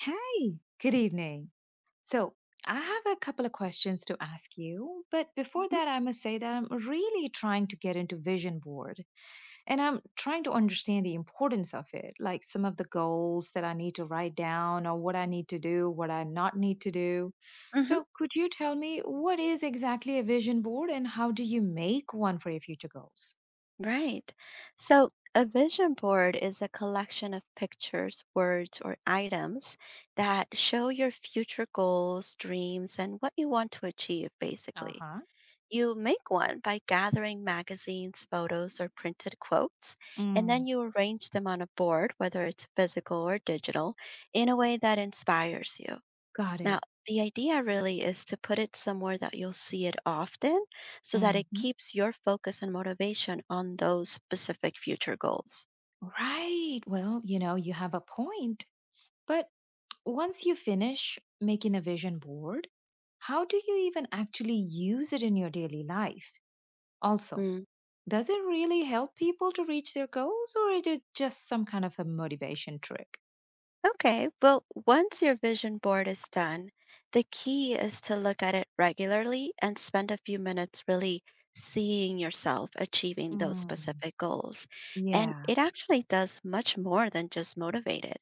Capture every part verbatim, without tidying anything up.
Hi, good evening. So, I have a couple of questions to ask you, but before that, I must say that I'm really trying to get into vision board and I'm trying to understand the importance of it, like some of the goals that I need to write down or what I need to do, what I not need to do. hmm So, could you tell me what is exactly a vision board and how do you make one for your future goals? Right. So a vision board is a collection of pictures, words, or items that show your future goals, dreams, and what you want to achieve, basically. Uh-huh. You make one by gathering magazines, photos, or printed quotes, and Mm, then you arrange them on a board, whether it's physical or digital, in a way that inspires you. got it. Now, the idea really is to put it somewhere that you'll see it often so that it Hmm. keeps your focus and motivation on those specific future goals. Right. Well, you know, you have a point. But Once you finish making a vision board, how do you even actually use it in your daily life? Also, Mm, does it really help people to reach their goals or is it just some kind of a motivation trick? Okay, well, once your vision board is done, the key is to look at it regularly and spend a few minutes really seeing yourself achieving those Mm. specific goals. And Yeah. it actually does much more than just motivate it.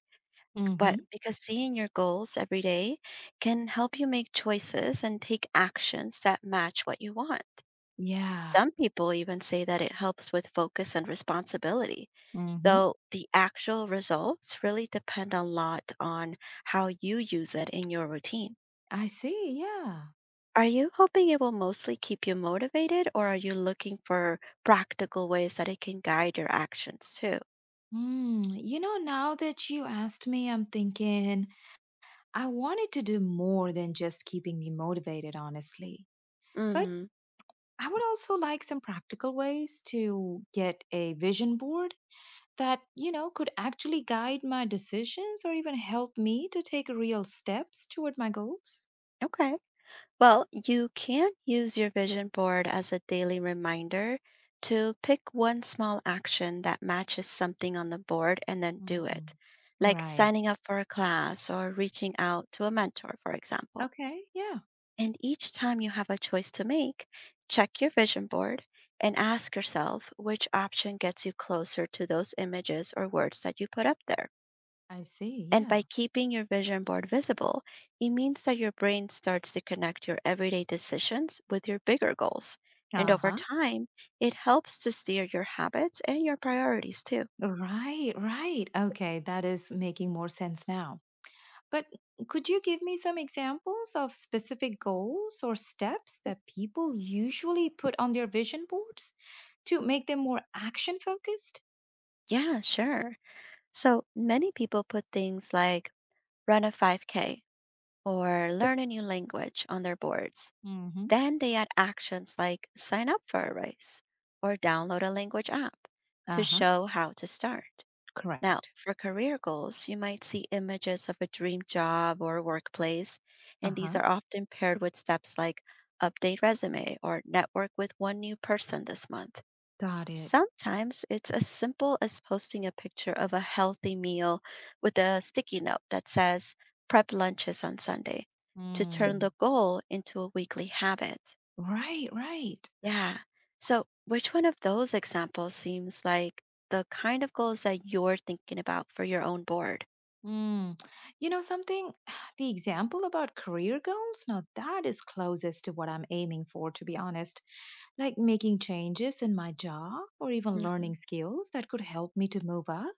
But Mm-hmm. because seeing your goals every day can help you make choices and take actions that match what you want. Yeah. Some people even say that it helps with focus and responsibility, Mm-hmm. though the actual results really depend a lot on how you use it in your routine. I see. Yeah. Are you hoping it will mostly keep you motivated, or are you looking for practical ways that it can guide your actions too? Mm. You know, now that you asked me, I'm thinking I wanted to do more than just keeping me motivated, honestly. But Mm-hmm. I would also like some practical ways to get a vision board that, you know, could actually guide my decisions or even help me to take real steps toward my goals. Okay. Well, you can use your vision board as a daily reminder to pick one small action that matches something on the board and then do it, Mm. like Right. signing up for a class or reaching out to a mentor, for example. Okay. Yeah. And each time you have a choice to make, check your vision board and ask yourself which option gets you closer to those images or words that you put up there. I see. And Yeah. by keeping your vision board visible, it means that your brain starts to connect your everyday decisions with your bigger goals. And Uh over huh. time, it helps to steer your habits and your priorities too. Right. Right. Okay. That is making more sense now. But could you give me some examples of specific goals or steps that people usually put on their vision boards to make them more action focused? Yeah, sure. So many people put things like run a five K or learn a new language on their boards. Mm-hmm. Then they add actions like sign up for a race or download a language app to Uh-huh. show how to start. Now, Correct. for career goals, you might see images of a dream job or workplace, and these Uh-huh. are often paired with steps like update resume or network with one new person this month. Got it. Sometimes it's as simple as posting a picture of a healthy meal with a sticky note that says prep lunches on Sunday to turn Mm. the goal into a weekly habit. Right, right. Yeah. So, which one of those examples seems like the kind of goals that you're thinking about for your own board? Mm. You know something? The example about career goals, now that is closest to what I'm aiming for, to be honest. Like making changes in my job or even Mhm. learning skills that could help me to move up.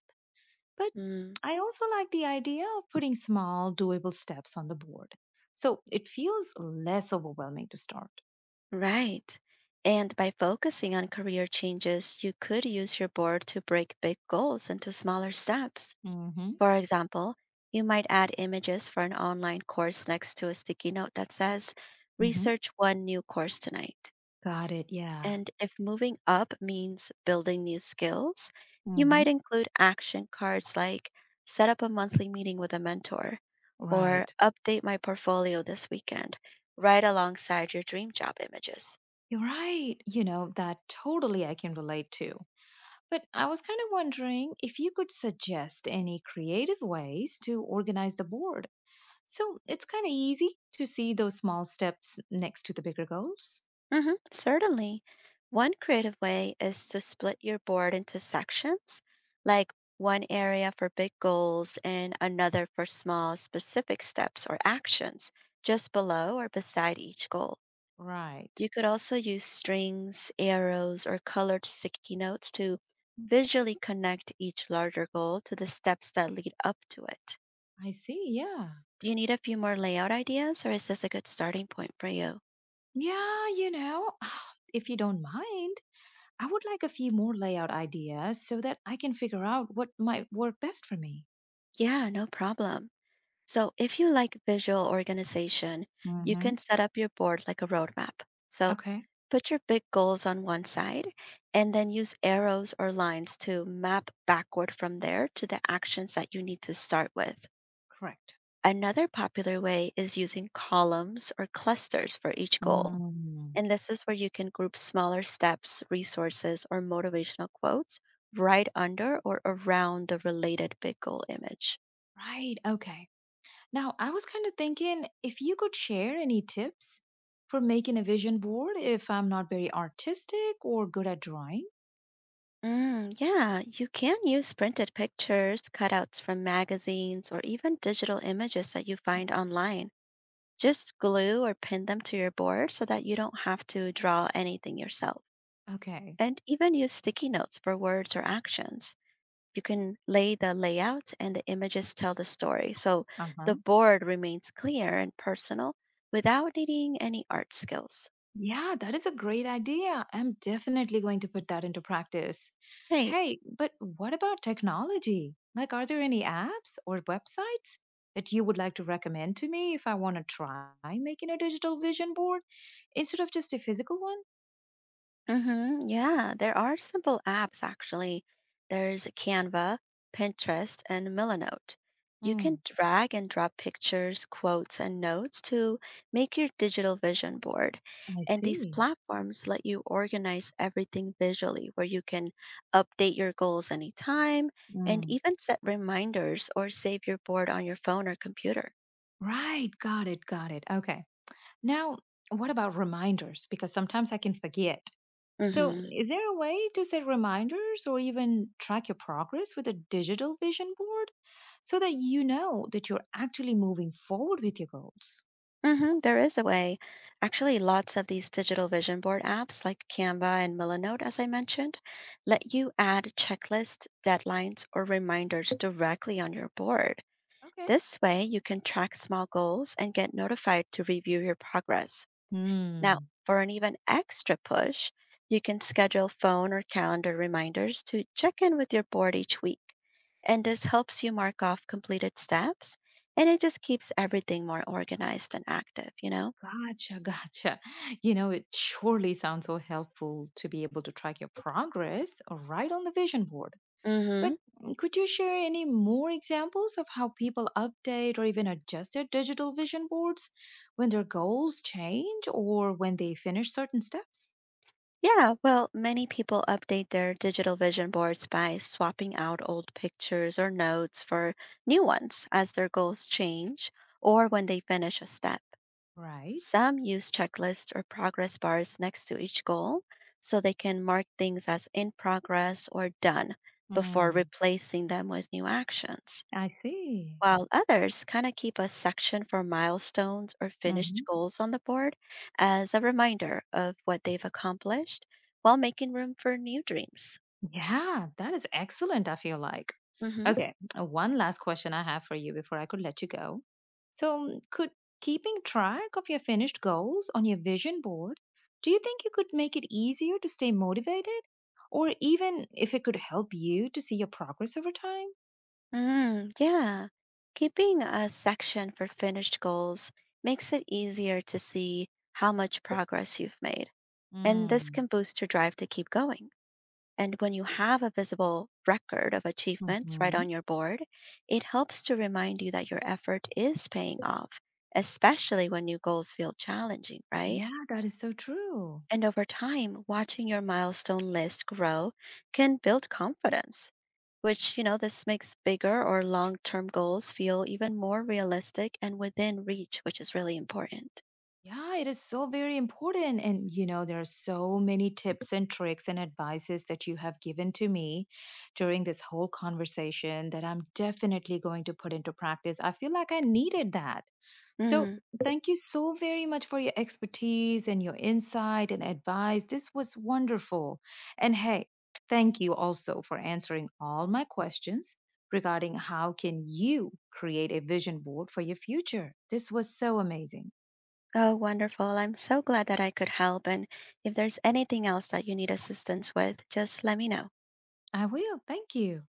But Mm, I also like the idea of putting small, doable steps on the board, so it feels less overwhelming to start. Right. And by focusing on career changes, you could use your board to break big goals into smaller steps. Mm-hmm. For example, you might add images for an online course next to a sticky note that says, Mm-hmm. research one new course tonight. Got it. Yeah. And if moving up means building new skills, you Mm-hmm. might include action cards like set up a monthly meeting with a mentor or Right. update my portfolio this weekend right alongside your dream job images. You're right. You know, that totally I can relate to. But I was kind of wondering if you could suggest any creative ways to organize the board, so it's kind of easy to see those small steps next to the bigger goals. Hmm certainly. One creative way is to split your board into sections, like one area for big goals and another for small, specific steps or actions just below or beside each goal. Right. You could also use strings, arrows, or colored sticky notes to visually connect each larger goal to the steps that lead up to it. I see. Yeah. Do you need a few more layout ideas, or is this a good starting point for you? Yeah. You know, if you don't mind, I would like a few more layout ideas so that I can figure out what might work best for me. Yeah, no problem. So, if you like visual organization, you Mm-hmm. can set up your board like a roadmap. So, Okay. put your big goals on one side and then use arrows or lines to map backward from there to the actions that you need to start with. Correct. Another popular way is using columns or clusters for each goal. Mm. And this is where you can group smaller steps, resources, or motivational quotes right under or around the related big goal image. Right. Okay. Now, I was kind of thinking if you could share any tips for making a vision board if I'm not very artistic or good at drawing. Mm, yeah, you can use printed pictures, cutouts from magazines, or even digital images that you find online. Just glue or pin them to your board so that you don't have to draw anything yourself. Okay. And even use sticky notes for words or actions. You can lay the layout and the images tell the story. So the Uh-huh. board remains clear and personal without needing any art skills. Yeah, that is a great idea. I'm definitely going to put that into practice. Right. Hey, but what about technology? Like, are there any apps or websites that you would like to recommend to me if I want to try making a digital vision board instead of just a physical one? Mm-hmm. Yeah, there are simple apps actually. There's Canva, Pinterest, and Millenote. You Mm. can drag and drop pictures, quotes, and notes to make your digital vision board. I And these see. platforms let you organize everything visually, where you can update your goals anytime and Mm. even set reminders or save your board on your phone or computer. Right, got it, got it. Okay. Now, what about reminders? Because sometimes I can forget. So, Mm-hmm. is there a way to set reminders or even track your progress with a digital vision board so that you know that you're actually moving forward with your goals? Hmm there is a way. Actually, lots of these digital vision board apps like Canva and Millenote, as I mentioned, let you add checklists, deadlines, or reminders directly on your board. Okay. This way, you can track small goals and get notified to review your progress. Now, Hmm. for an even extra push, you can schedule phone or calendar reminders to check in with your board each week. And this helps you mark off completed steps, and it just keeps everything more organized and active, you know? Gotcha, gotcha. You know, it surely sounds so helpful to be able to track your progress right on the vision board. But Mm-hmm. could you share any more examples of how people update or even adjust their digital vision boards when their goals change or when they finish certain steps? Yeah, well, many people update their digital vision boards by swapping out old pictures or notes for new ones as their goals change or when they finish a step. Right. Some use checklists or progress bars next to each goal so they can mark things as in progress or done before Mm. replacing them with new actions. I see. While others kind of keep a section for milestones or finished Mm-hmm. goals on the board as a reminder of what they've accomplished while making room for new dreams. Yeah, that is excellent, I feel like. Hmm. Okay, uh, one last question I have for you before I could let you go. So, could keeping track of your finished goals on your vision board, do you think you could make it easier to stay motivated? Or even if it could help you to see your progress over time? Mm, yeah. Keeping a section for finished goals makes it easier to see how much progress you've made, and this Mm. can boost your drive to keep going. And when you have a visible record of achievements right Hmm. on your board, it helps to remind you that your effort is paying off, especially when new goals feel challenging, right? Yeah, that is so true. And over time, watching your milestone list grow can build confidence, which, you know, this makes bigger or long term goals feel even more realistic and within reach, which is really important. Yeah, it is so very important. And, you know, there are so many tips and tricks and advices that you have given to me during this whole conversation that I'm definitely going to put into practice. I feel like I needed that. So, Mm. thank you so very much for your expertise and your insight and advice. This was wonderful. And hey, thank you also for answering all my questions regarding how can you create a vision board for your future. This was so amazing. Oh, wonderful. I'm so glad that I could help. And if there's anything else that you need assistance with, just let me know. I will. Thank you.